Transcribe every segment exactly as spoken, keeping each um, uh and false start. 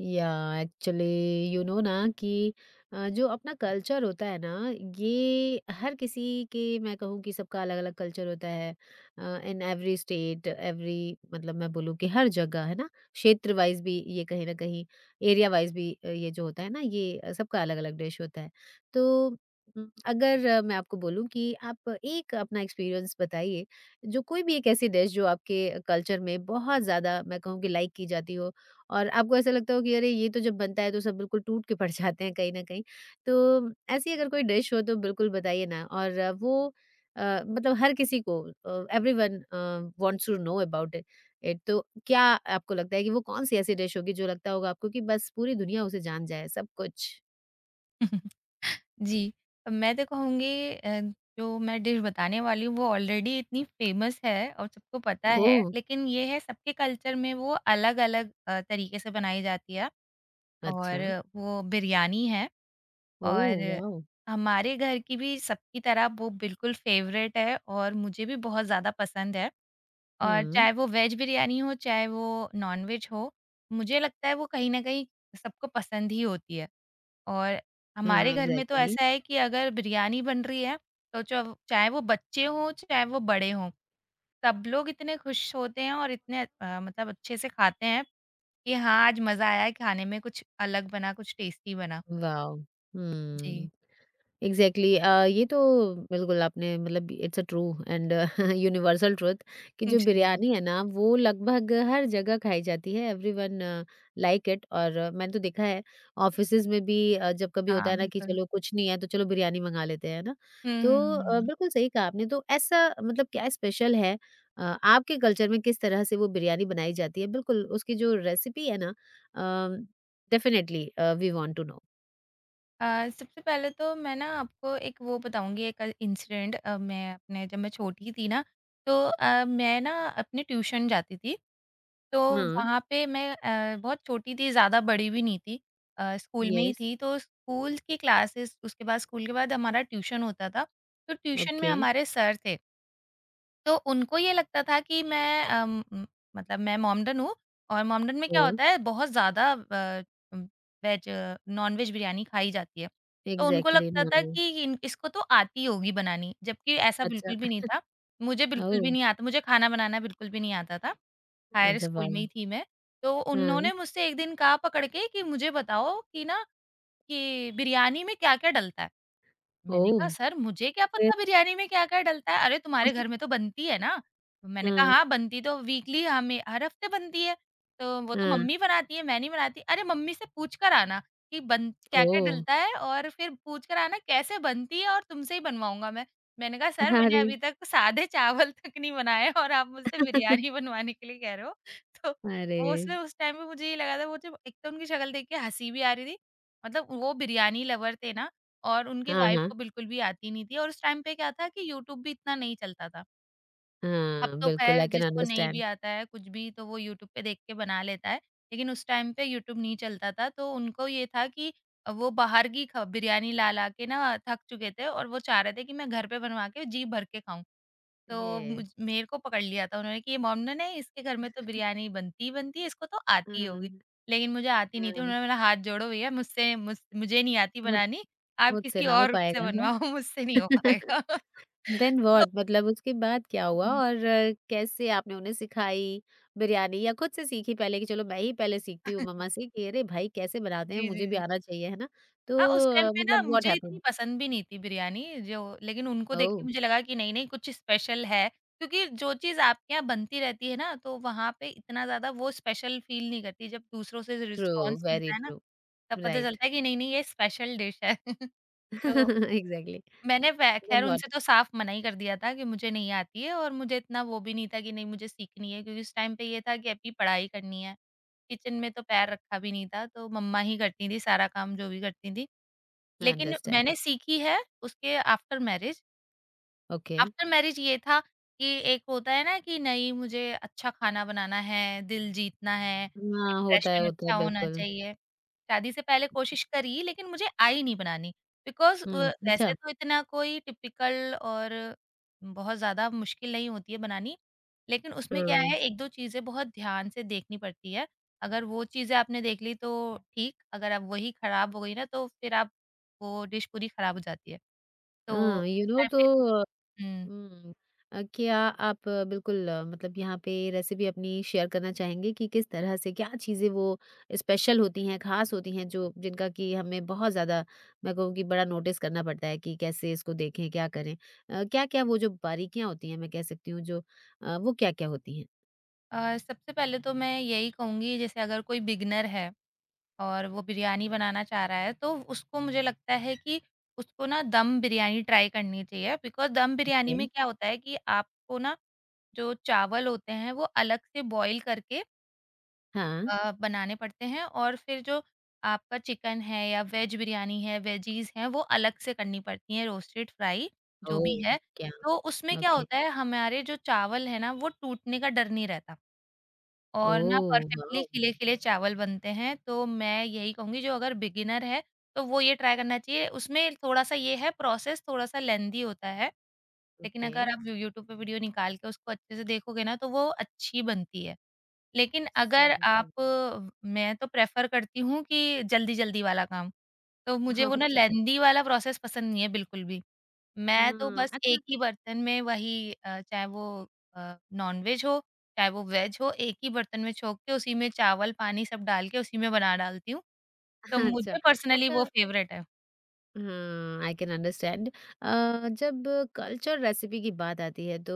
या actually you know ना कि अ, जो अपना कल्चर होता है ना, ये हर किसी के मैं कहूँ कि सबका अलग अलग कल्चर होता है। इन एवरी स्टेट एवरी मतलब मैं बोलूँ कि हर जगह है ना। क्षेत्र वाइज भी ये कहीं ना कहीं, एरिया वाइज भी अ, ये जो होता है ना, ये अ, सबका अलग अलग डिश होता है। तो म, अगर अ, मैं आपको बोलूँ कि आप एक अपना एक्सपीरियंस बताइए, जो कोई भी एक ऐसी डिश जो आपके कल्चर में बहुत ज़्यादा मैं कहूँ कि लाइक की जाती हो और आपको ऐसा लगता हो कि अरे ये तो जब बनता है तो सब बिल्कुल टूट के पड़ जाते हैं कहीं न कहीं। तो ऐसी अगर कोई डिश हो तो बिल्कुल बताइए ना, और अ, वो अ, मतलब हर किसी को अ, everyone uh, wants to know about it it तो क्या आपको लगता है कि वो कौन-सी ऐसी डिश होगी जो लगता होगा आपको कि बस पूरी दुनिया उसे जान जाए सब कुछ? जी। मैं तो कहूँगी अ, जो मैं डिश बताने वाली हूँ वो ऑलरेडी इतनी फ़ेमस है और सबको पता है, ओह! लेकिन ये है सबके कल्चर में वो अलग-अलग अ, तरीके से बनाई जाती है और अच्छा। वो बिरयानी है। ओह और वाओ! हमारे घर की भी सबकी तरह वो बिल्कुल फ़ेवरेट है और मुझे भी बहुत ज़्यादा पसंद है। और हुँ। चाहे वो वेज बिरयानी हो, चाहे वो नॉन-वेज हो, मुझे लगता है वो कहीं न कहीं सबको पसंद ही होती है। और हमारे हाँ, घर में तो एग्ज़ैक्टली। ऐसा है कि अगर बिरयानी बन रही है, तो चव चाहे वो बच्चे हों, चाहे वो बड़े हों, सब लोग इतने खुश होते हैं और इतने अ, मतलब अच्छे से खाते हैं कि हाँ, आज मज़ा आया है खाने में, कुछ अलग बना, कुछ टेस्टी बना। वाओ! जी। हुँ। एग्जैक्टली exactly, अ, ये तो बिल्कुल आपने मतलब it's a true and universal truth कि जो जी। बिरयानी है ना वो लगभग हर जगह खाई जाती है, एवरीवन लाइक इट। और अ, मैंने तो देखा है ऑफिसेज में भी अ, जब कभी होता हाँ, है ना कि बिल्कुल। चलो कुछ नहीं है तो चलो बिरयानी मंगा लेते हैं ना। हुँ, तो हुँ, हुँ, अ, हुँ। बिल्कुल सही कहा आपने, तो ऐसा मतलब क्या स्पेशल है, अ, आपके कल्चर में किस तरह से वो बिरयानी बनाई जाती है, बिल्कुल उसकी जो रेसिपी है ना, definitely we want to know. अ, सबसे पहले तो मैं ना आपको एक वो बताऊँगी एक इंसिडेंट। अ, मैं अपने जब मैं छोटी थी ना तो अ, मैं ना अपने ट्यूशन जाती थी। तो हाँ। वहाँ पे मैं अ, बहुत छोटी थी, ज़्यादा बड़ी भी नहीं थी। अ, स्कूल में ही यस। थी तो स्कूल की क्लासेस उसके बाद स्कूल के बाद हमारा ट्यूशन होता था। तो ट्यूशन में ओके। हमारे सर थे। तो उनको ये लगता था कि मैं अम, म मतलब मैं मोमडन हूँ और मोमडन में क्या ओह! होता है बहुत ज़्यादा अ, उम, वेज नॉन-वेज बिरयानी खाई जाती है। तो उनको एग्ज़ैक्टली लगता था नॉन-वेज। कि इन इसको तो आती होगी बनानी, जबकि ऐसा बिल्कुल भी अच्छा। नहीं था। मुझे बिल्कुल भी ओह! नहीं आता मुझे खाना बनाना बिल्कुल भी नहीं आता था, हायर अच्छा स्कूल वाह! में ही थी मैं। तो हाँ। उन्होंने मुझसे एक दिन कहा पकड़ के कि मुझे बताओ कि ना कि बिरयानी में क्या-क्या डलता है? मैंने कहा, ओह! "सर मुझे क्या फिर? पता बिरयानी में क्या-क्या डलता है? अरे तुम्हारे घर में तो बनती है ना?" तो मैंने कहा, हाँ, "हाँ, बनती तो वीकली हमें हर हफ्ते बनती है, तो वो तो हाँ। मम्मी बनाती है, मैं नहीं बनाती।" "अरे मम्मी से पूछ कर आना कि बन क्या-क्या ओह! डलता है और फिर पूछ कर आना कैसे बनती है और तुमसे ही बनवाऊँगा मैं।" मैंने कहा, "सर मैंने अरे! अभी तक सादे चावल तक नहीं बनाए हैं और आप मुझसे बिरयानी बनवाने के लिए कह रहे हो?" तो अरे! वो उसमें उस टाइम पे मुझे ये लगा था वो जब एक तो उनकी शक्ल देख के हँसी भी आ रही थी मतलब वो बिरयानी लवर थे ना और उनकी हाँ, वाइफ हाँ, को बिल्कुल भी आती नहीं थी और उस टाइम पे क्या था कि यूट्यूब भी इतना नहीं चलता था। अब हाँ, तो बिल्कुल ख़ैर आई कैन जिसको नहीं भी अंडरस्टैंड। आता है कुछ भी तो वो यूट्यूब पे देख के बना लेता है। लेकिन उस टाइम पे यूट्यूब नहीं चलता था तो उनको ये था कि वो बाहर की ख बिरयानी ला-ला के ना थक चुके थे और वो चाह रहे थे कि मैं घर पे बनवा के जी भर के खाऊँ। तो येस, मुझ मेरे को पकड़ लिया था उन्होंने कि ये मोमडन है इसके घर में तो बिरयानी बनती ही बनती है, इसको तो आती ही होगी। हाँ, लेकिन मुझे आती नहीं थी। हाँ, उन्होंने बोला हाथ जोड़ो भैया मुझसे मुझ मुझे नहीं आती मुझ बनानी, आप मुझसे किसी ना हो और से पाएगा बनवाओ मुझसे नहीं हो है। पाएगा। देन तो व्हाट मतलब उसके बाद क्या हुआ, जी। और अ, कैसे आपने उन्हें सिखाई बिरयानी, या खुद से सीखी पहले कि चलो मैं ही पहले सीखती हूँ मम्मा से कि अरे भाई कैसे बनाते हैं, जी, जी, मुझे भी जी। आना चाहिए है ना। तो हाँ, उस टाइम अ, पे ना मतलब व्हाट मुझे इतनी हैपेंड? पसंद भी नहीं थी बिरयानी जो लेकिन उनको देख ओह। के मुझे लगा कि नहीं-नहीं कुछ स्पेशल है, क्योंकि जो चीज़ आपके यहाँ बनती रहती है ना, तो वहाँ पे इतना ज़्यादा वो स्पेशल फ़ील नहीं करती, जब दूसरों से ट्रू, रिस्पॉन्स वेरी मिलता है ना, ट्रू। तब पता राइट। चलता है कि नहीं-नहीं ये स्पेशल डिश है। तो एग्जैक्टली। मैंने व देन खैर व्हाट? उनसे तो साफ मना ही कर दिया था कि मुझे नहीं आती है और मुझे इतना वो भी नहीं था कि नहीं मुझे सीखनी है, क्योंकि उस टाइम पे ये था कि अभी पढ़ाई करनी है। किचन में तो पैर रखा भी नहीं था, तो मम्मा ही करती थी सारा काम जो भी करती थी। लेकिन अंडरस्टैंड। मैंने सीखी है उसके after marriage. Okay. After marriage ये था कि एक होता है ना कि नहीं मुझे अच्छा खाना बनाना है, दिल जीतना है, हाँ होता है इम्प्रेशन होता है अच्छा होना बिल्कुल। चाहिए। शादी से पहले कोशिश करी लेकिन मुझे आई नहीं बनानी बिकॉज़ अ, हम्म, अच्छा। वैसे तो इतना कोई टिपिकल और बहुत ज़्यादा मुश्किल नहीं होती है बनानी। लेकिन उसमें क्या है हम्म। एक-दो चीज़ें बहुत ध्यान से देखनी पड़ती है। अगर वो चीज़ें आपने देख ली तो ठीक, अगर अब वही खराब हो गई ना तो फिर आप वो डिश पूरी खराब हो जाती है। तो हाँ यू उस नो टाइम तो पे इतनी हुँ। हुँ। अ, क्या आप अ, बिल्कुल अ, मतलब यहाँ पे रेसिपी अपनी शेयर करना चाहेंगे कि किस तरह से क्या चीज़ें वो स्पेशल होती हैं, ख़ास होती हैं, जो जिनका कि हमें बहुत ज़्यादा मैं कहूँ कि बड़ा नोटिस करना पड़ता है कि कैसे इसको देखें, क्या करें? अ, क्या-क्या वो जो बारीकियाँ होती हैं मैं कह सकती हूँ जो अ, वो क्या-क्या होती हैं? अ, सबसे पहले तो मैं यही कहूँगी जैसे अगर कोई बिगिनर है और वो बिरयानी बनाना चाह रहा है तो उसको मुझे लगता है कि उसको ना दम बिरयानी ट्राई करनी चाहिए बिकॉज़ दम बिरयानी ओके। में क्या होता है कि आपको ना जो चावल होते हैं वो अलग से बॉईल करके हाँ। अ, बनाने पड़ते हैं और फिर जो आपका चिकन है या वेज बिरयानी है वेजीज़ हैं वो अलग से करनी पड़ती हैं रोस्टेड फ्राई जो भी ओह! है। क्या? तो उसमें क्या ओके। होता है हमारे जो चावल है ना वो टूटने का डर नहीं रहता। और ना ओह! Perfectly wow! खिले-खिले चावल बनते हैं, तो मैं यही कहूँगी जो अगर बिगिनर है, तो वो ये ट्राई करना चाहिए। उसमें थोड़ा-सा ये है प्रोसेस थोड़ा-सा लेंदी होता है, लेकिन ओके। अगर आप यूट्यूब पे वीडियो निकाल के उसको अच्छे से देखोगे ना, तो वो अच्छी बनती है। लेकिन अगर समझी। आप मैं तो प्रेफ़र करती हूँ कि जल्दी-जल्दी वाला काम। तो मुझे ओह! वो ना अच्छा। लेंदी वाला प्रोसेस पसंद नहीं है बिल्कुल भी। मैं तो हाँ, बस अच्छा। एक ही बर्तन में वही अ, चाहे वो अ, नॉन-वेज हो, चाहे वो वेज हो, एक ही बर्तन में छोंक के उसी में चावल, पानी सब डाल के उसी में बना डालती हूँ। तो मुझे अच्छा। पर्सनली वो अच्छा। फ़ेवरेट है। हाँ, आई कैन अंडरस्टैंड। अ, जब कल्चर रेसिपी की बात आती है तो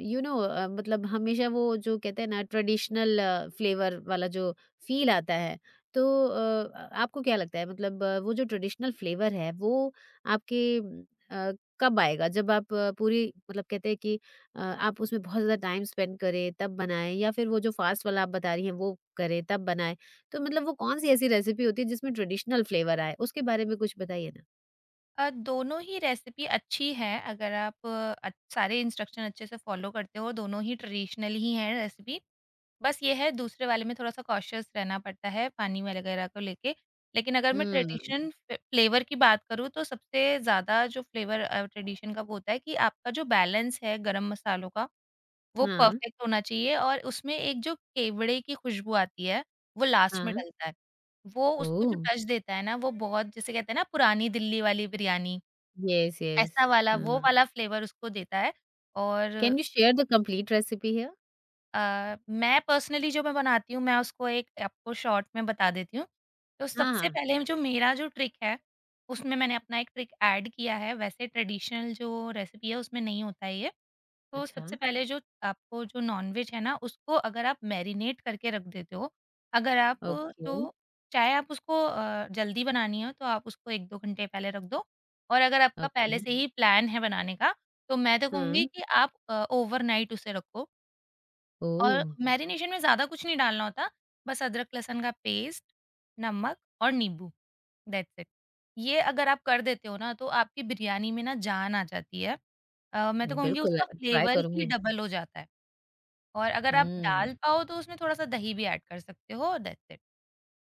यू नो, मतलब हमेशा वो जो कहते हैं ना ट्रेडिशनल फ्लेवर वाला जो फील आता है। तो अ, आपको क्या लगता है, मतलब अ, वो जो ट्रेडिशनल फ्लेवर है वो आपके म, अ, कब आएगा, जब आप अ, पूरी मतलब कहते हैं कि अ, आप उसमें बहुत ज़्यादा टाइम स्पेंड करें तब बनाएं, या फिर वो जो फास्ट वाला आप बता रही हैं वो करें तब बनाएं? तो मतलब वो कौन-सी ऐसी रेसिपी होती है जिसमें ट्रेडिशनल फ्लेवर आए? उसके बारे में कुछ बताइए ना। अ, दोनों ही रेसिपी अच्छी है अगर आप अ, अच्छ- सारे इंस्ट्रक्शन अच्छे से फ़ॉलो करते हो, दोनों ही ट्रेडिशनल ही हैं रेसिपी। बस ये है दूसरे वाले में थोड़ा-सा कॉशियस रहना पड़ता है पानी वगैरह को लेके। लेकिन अगर मैं हुँ, ट्रेडिशन फ फ्लेवर की बात करूँ तो सबसे ज़्यादा जो फ्लेवर अ, ट्रेडिशन का वो होता है कि आपका जो बैलेंस है गरम मसालों का, वो हाँ, परफेक्ट होना चाहिए और उसमें एक जो केवड़े की खुशबू आती है, वो लास्ट में हाँ। डलता है। वो उसको जो ओह! टच देता है ना वो बहुत जिसे कहते हैं ना पुरानी दिल्ली वाली बिरयानी, येस, येस। ऐसा वाला वो हुँ। वाला फ्लेवर उसको देता है और can you share the complete recipe here? अ, मैं पर्सनली जो मैं बनाती हूँ मैं उसको एक आपको शॉर्ट में बता देती हूँ। तो हाँ, सबसे हाँ। पहले जो मेरा जो ट्रिक है, उसमें मैंने अपना एक ट्रिक ऐड किया है, वैसे ट्रेडिशनल जो रेसिपी है उसमें नहीं होता है ये। तो अच्छा। सबसे पहले जो आपको जो नॉन-वेज है ना उसको अगर आप मैरिनेट करके रख देते हो, अगर आप ओके, तो चाहे आप उसको अ, जल्दी बनानी हो तो आप उसको एक-दो घंटे पहले रख दो और अगर आपका पहले ओके। से ही प्लान है बनाने का, तो मैं तो कहूँगी हाँ। कि आप अ, ओवरनाइट उसे रखो। ओह! और मैरिनेशन में ज़्यादा कुछ नहीं डालना होता, बस अदरक, लहसुन का पेस्ट, नमक और नींबू, दैट्स इट। ये अगर आप कर देते हो ना, तो आपकी बिरयानी में ना जान आ जाती है। अ, मैं तो कहूँगी बिल्कुल, उसका अ, ट्राई फ्लेवर ही करूँगी। डबल हो जाता है। और अगर आप हुँ, डाल पाओ तो उसमें थोड़ा-सा दही भी ऐड कर सकते हो, दैट्स इट।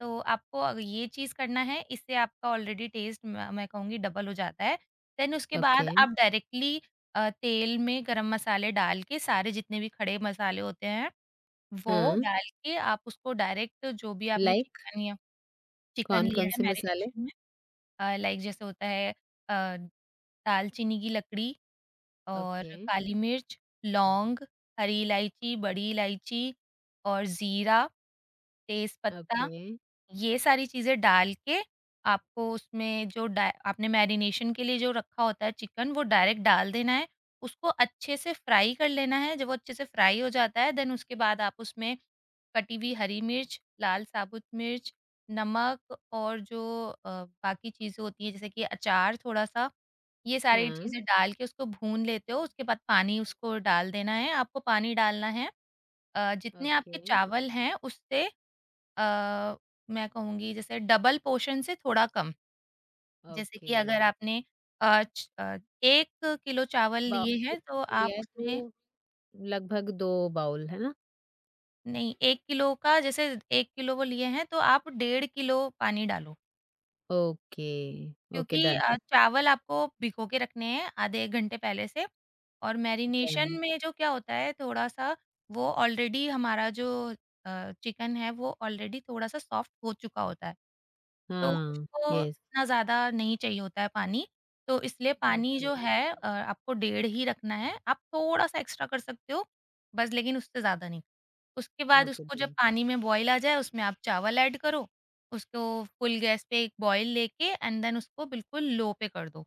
तो आपको अग ये चीज़ करना है, इससे आपका ऑलरेडी टेस्ट म मैं कहूँगी डबल हो जाता है। देन उसके बाद ओके। आप डायरेक्टली अ, तेल में गरम मसाले डाल के सारे जितने भी खड़े मसाले होते हैं, वो हाँ, डाल के आप उसको डायरेक्ट जो भी आपने लाइक चिकन या चिकन लिया कौन-कौन है से मसाले? मैरिनेशन में। अ, लाइक जैसे होता है अ, दालचीनी की लकड़ी और ओके, काली मिर्च, लौंग, हरी इलायची, बड़ी इलायची और ज़ीरा, तेज़पत्ता ओके। ये सारी चीज़ें डाल के आपको उसमें जो डा आपने मैरिनेशन के लिए जो रखा होता है चिकन वो डायरेक्ट डाल देना है। उसको अच्छे से फ्राई कर लेना है, जब वो अच्छे से फ्राई हो जाता है देन उसके बाद आप उसमें कटी हुई हरी मिर्च, लाल साबुत मिर्च, नमक और जो अ, बाकी चीज़ें होती हैं जैसे कि अचार थोड़ा-सा, ये सारी हाँ, चीज़ें डाल के उसको भून लेते हो, उसके बाद पानी उसको डाल देना है। आपको पानी डालना है अ, जितने ओके, आपके चावल हैं उससे अ, मैं कहूँगी जैसे डबल पोर्शन से थोड़ा कम। जैसे कि ओके। अगर आपने अ, च अ, एक किलो चावल बाउ लिए हैं तो आप लिया है उसमें तो लगभग दो बाउल, है ना? नहीं एक किलो का जैसे एक किलो वो लिए हैं तो आप डेढ़ किलो पानी डालो। ओके, ओके, क्योंकि डन, अ, डन, चावल आपको भिगो के रखने हैं आधे एक घंटे पहले से और मैरिनेशन डन। में जो क्या होता है थोड़ा-सा वो ऑलरेडी हमारा जो अ, चिकन है वो ऑलरेडी थोड़ा-सा सॉफ्ट हो चुका होता है। तो हाँ, उसको येस, इतना ज़्यादा नहीं चाहिए होता है पानी, तो इसलिए पानी ओके, जो है अ, आपको डेढ़ ही रखना है। आप थोड़ा-सा एक्स्ट्रा कर सकते हो, बस लेकिन उससे ज़्यादा नहीं। उसके बाद ओके, उसको जब डन, पानी में बॉयल आ जाए उसमें आप चावल ऐड करो, उसको फुल गैस पे एक बॉयल लेके एंड देन उसको बिल्कुल लो पे कर दो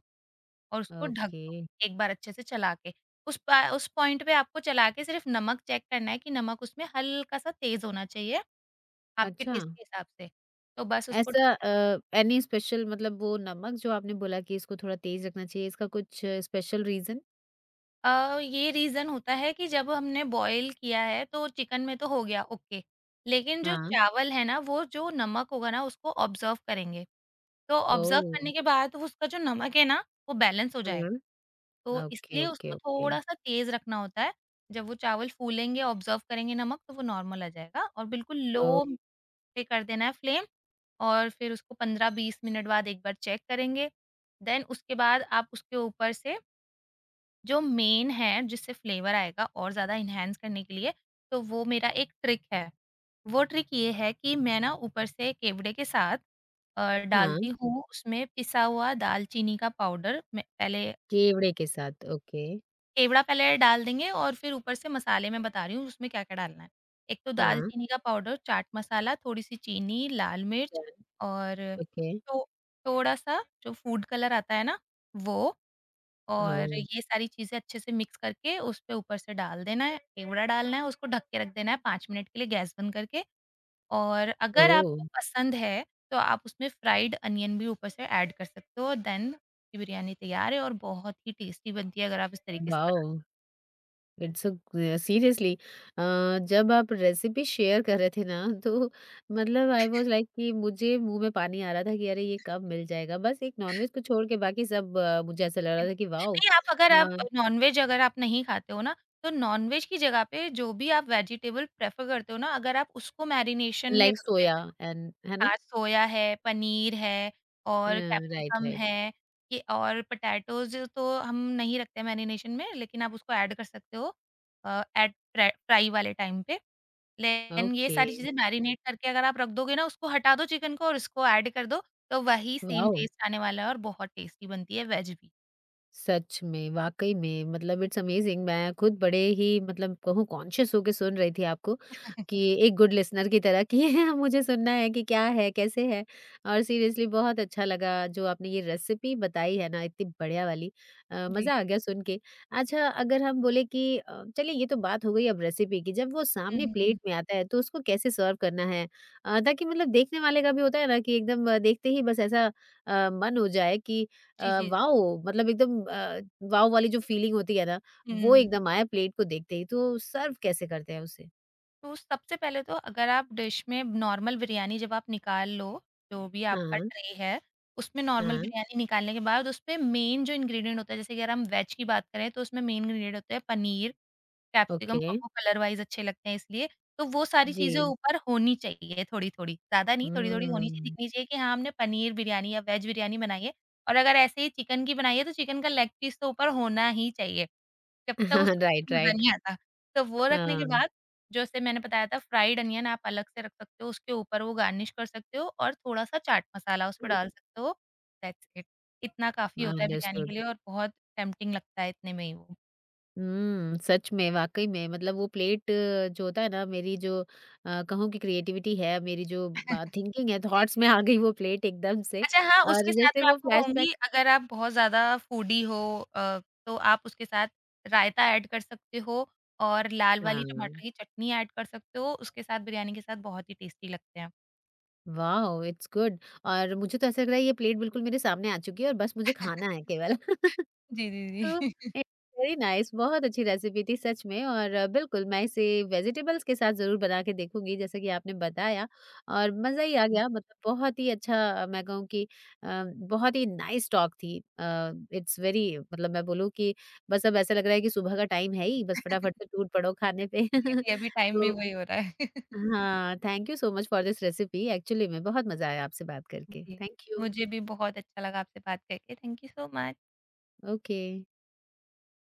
और उसको ढक ओके। दो, एक बार अच्छे से चला के। उस पा उस पॉइंट पे आपको चला के सिर्फ़ नमक चेक करना है कि नमक उसमें हल्का-सा तेज़ होना चाहिए आपके अच्छा, टेस्ट के हिसाब से। तो बस उसको ढक। ऐसा अ, एनी स्पेशल, मतलब वो नमक जो आपने बोला कि इसको थोड़ा तेज़ रखना चाहिए, इसका कुछ स्पेशल रीज़न? अ, ये रीज़न होता है कि जब हमने बॉयल किया है तो चिकन में तो हो गया ओके, लेकिन जो हाँ, चावल है ना वो जो नमक होगा ना उसको ऑब्ज़र्व करेंगे। तो ऑब्ज़र्व ओह! करने के बाद उसका जो नमक है ना वो बैलेंस हो जाएगा। हाँ, तो ओके, इसलिए ओके, उसको ओके, थोड़ा-सा तेज़ रखना होता है। जब वो चावल फूलेंगे, ऑब्ज़र्व करेंगे नमक तो वो नॉर्मल आ जाएगा और बिल्कुल ओह! लो पे कर देना है फ्लेम और फिर उसको पंद्रह बीस मिनट बाद एक बार चेक करेंगे। देन उसके बाद आप उसके ऊपर से जो मेन है जिससे फ्लेवर आएगा और ज़्यादा एनहांस करने के लिए, तो वो मेरा एक ट्रिक है। वो ट्रिक ये है कि मैं ना ऊपर से केवड़े के साथ अ, हाँ, डालती हूँ उसमें पिसा हुआ दालचीनी का पाउडर में पहले। केवड़े के साथ, ओके। केवड़ा पहले डाल देंगे और फिर ऊपर से मसाले मैं बता रही हूँ उसमें क्या-क्या डालना है। एक तो हाँ, दालचीनी का पाउडर, चाट मसाला, थोड़ी-सी चीनी, लाल मिर्च डन, और ओके, थो थोड़ा-सा जो फूड कलर आता है ना, वो। और ओह! ये सारी चीज़ें अच्छे से मिक्स करके उसपे ऊपर से डाल देना है, केवड़ा डालना है, उसको ढक के रख देना है पाँच मिनट के लिए गैस बंद करके और अगर ओह! आपको पसंद है, तो आप उसमें फ्राइड अनियन भी ऊपर से ऐड कर सकते हो, देन आपकी बिरयानी तैयार है और बहुत ही टेस्टी बनती है अगर आप इस तरीके से बनाते। वॉव! इट्स अ ग सीरियसली, अ, जब आप रेसिपी शेयर कर रहे थे ना तो मतलब आई वाज लाइक कि मुझे मुँह में पानी आ रहा था कि अरे ये कब मिल जाएगा। बस एक नॉनवेज को छोड़ के बाकी सब, अ, मुझे ऐसा लग जी। हो। रहा था कि वाओ! नहीं, आप अगर आप अ, नॉन-वेज अगर आप नहीं खाते हो ना, तो नॉन-वेज की जगह पे जो भी आप वेजिटेबल प्रेफ़र करते हो ना, अगर आप उसको मैरिनेशन में लाइक रख सोया देते हो। एंड है ना? हाँ, सोया है, पनीर है अ, और राइट, कैप्सिकम राइट। है। ये और पोटैटोज़ तो हम नहीं रखते मैरिनेशन में, लेकिन आप उसको ऐड कर सकते हो अ, एट फ्रा फ्राई वाले टाइम पे। लेकिन ये ओके, सारी चीज़ें मैरिनेट करके अगर आप रख दोगे ना, उसको हटा दो चिकन को और इसको ऐड कर दो, तो वही सेम वाओ! टेस्ट आने वाला है और बहुत टेस्टी बनती है वेज भी। सच में, वाक़ई में मतलब इट्स अमेज़िंग। मैं खुद बड़े ही मतलब कहूँ कॉन्शियस होके सुन रही थी आपको, कि एक गुड लिसनर की तरह कि मुझे सुनना है कि क्या है, कैसे है? और सीरियसली बहुत अच्छा लगा जो आपने ये रेसिपी बताई है ना इतनी बढ़िया वाली। अ, जी। मज़ा आ गया सुन के। अच्छा अगर हम बोले कि अ, चलिए ये तो बात हो गई अब रेसिपी की, जब वो हुँ, सामने हुँ, हुँ। प्लेट में आता है तो उसको कैसे सर्व करना है? अ, ताकि मतलब देखने वाले का भी होता है ना कि एकदम अ, देखते ही बस ऐसा अ, मन हो जाए कि जी, अ, जी। वाओ! मतलब एकदम अ, वाओ वाली जो फीलिंग होती है ना, वो हुँ। एकदम आया प्लेट को देखते ही, तो सर्व कैसे करते हैं उसे? तो सबसे पहले तो अगर आप डिश में नॉर्मल बिरयानी जब आप निकाल लो, जो भी आपका हाँ, ट्रे है, उसमें नॉर्मल हाँ, बिरयानी निकालने के बाद उसपे मेन जो इंग्रीडिएंट होता है, जैसे कि अगर हम वेज की बात करें तो उसमें मेन इंग्रीडिएंट होते हैं पनीर, कैप्सिकम ओके। और वो कलर वाइज़ अच्छे लगते हैं इसलिए। तो वो सारी चीज़ें जी। ऊपर होनी चाहिए थोड़ी-थोड़ी, ज़्यादा नहीं थोड़ी-थोड़ी होनी चाहिए, हुँ। दिखनी चाहिए कि हाँ, हमने पनीर बिरयानी या वेज बिरयानी बनाई है। और अगर ऐसे ही चिकन की बनाई है तो चिकन का लेग पीस तो ऊपर होना ही चाहिए। जब तक उसको देख राइट, के मज़ा राइट। नहीं आता। तो वो रखने के हाँ। बाद जैसे मैंने बताया था फ्राइड अनियन आप अलग से रख सकते हो, उसके ऊपर वो गार्निश कर सकते हो और थोड़ा-सा चाट मसाला उसपे डाल सकते हो। That's it. इतना काफ़ी होता है बिरयानी के अंडरस्टूड। लिए और बहुत टेम्प्टिंग लगता है इतने में ही वो। हुँ, सच में, वाक़ई में मतलब वो प्लेट अ, जो होता है ना, मेरी जो अ, कहूँ कि क्रिएटिविटी है, मेरी जो अ, थिंकिंग है, जी, थॉट्स जी। में आ गई वो प्लेट एकदम से। अच्छा हाँ, उसके और साथ जैसे मैं वो आपको कहूँगी फ्लैशबैक। अगर आप बहुत ज़्यादा फूडी हो। अ, तो आप उसके साथ रायता ऐड कर सकते हो और लाल वाली हाँ। टमाटर की चटनी ऐड कर सकते हो, उसके साथ बिरयानी के साथ बहुत ही टेस्टी लगते हैं। वाओ! It's good. और मुझे तो ऐसा लग रहा है ये प्लेट बिल्कुल मेरे सामने आ चुकी है और बस मुझे खाना है केवल। जी, तो जी, इट्स वेरी नाइस, बहुत अच्छी रेसिपी थी सच में, और अ, बिल्कुल मैं इसे वेजिटेबल्स के साथ ज़रूर बना के देखूँगी जैसा कि आपने बताया, और मज़ा ही आ जी। गया मतलब बहुत ही अच्छा, अ, मैं कहूँ कि अ, बहुत ही नाइस टॉक थी। अ, इट्स वेरी मतलब मैं बोलूँ कि बस अब ऐसा लग रहा है कि सुबह का टाइम है ही, बस फटाफट से टूट पड़ो खाने पे। जी, जी, अभी टाइम भी तो वही हो रहा है। हाँ, thank you so much for this recipe. Actually में बहुत मज़ा आया आपसे बात करके। जी, थैंक यू। मुझे भी बहुत अच्छा लगा आपसे बात करके। Thank you so much. Okay.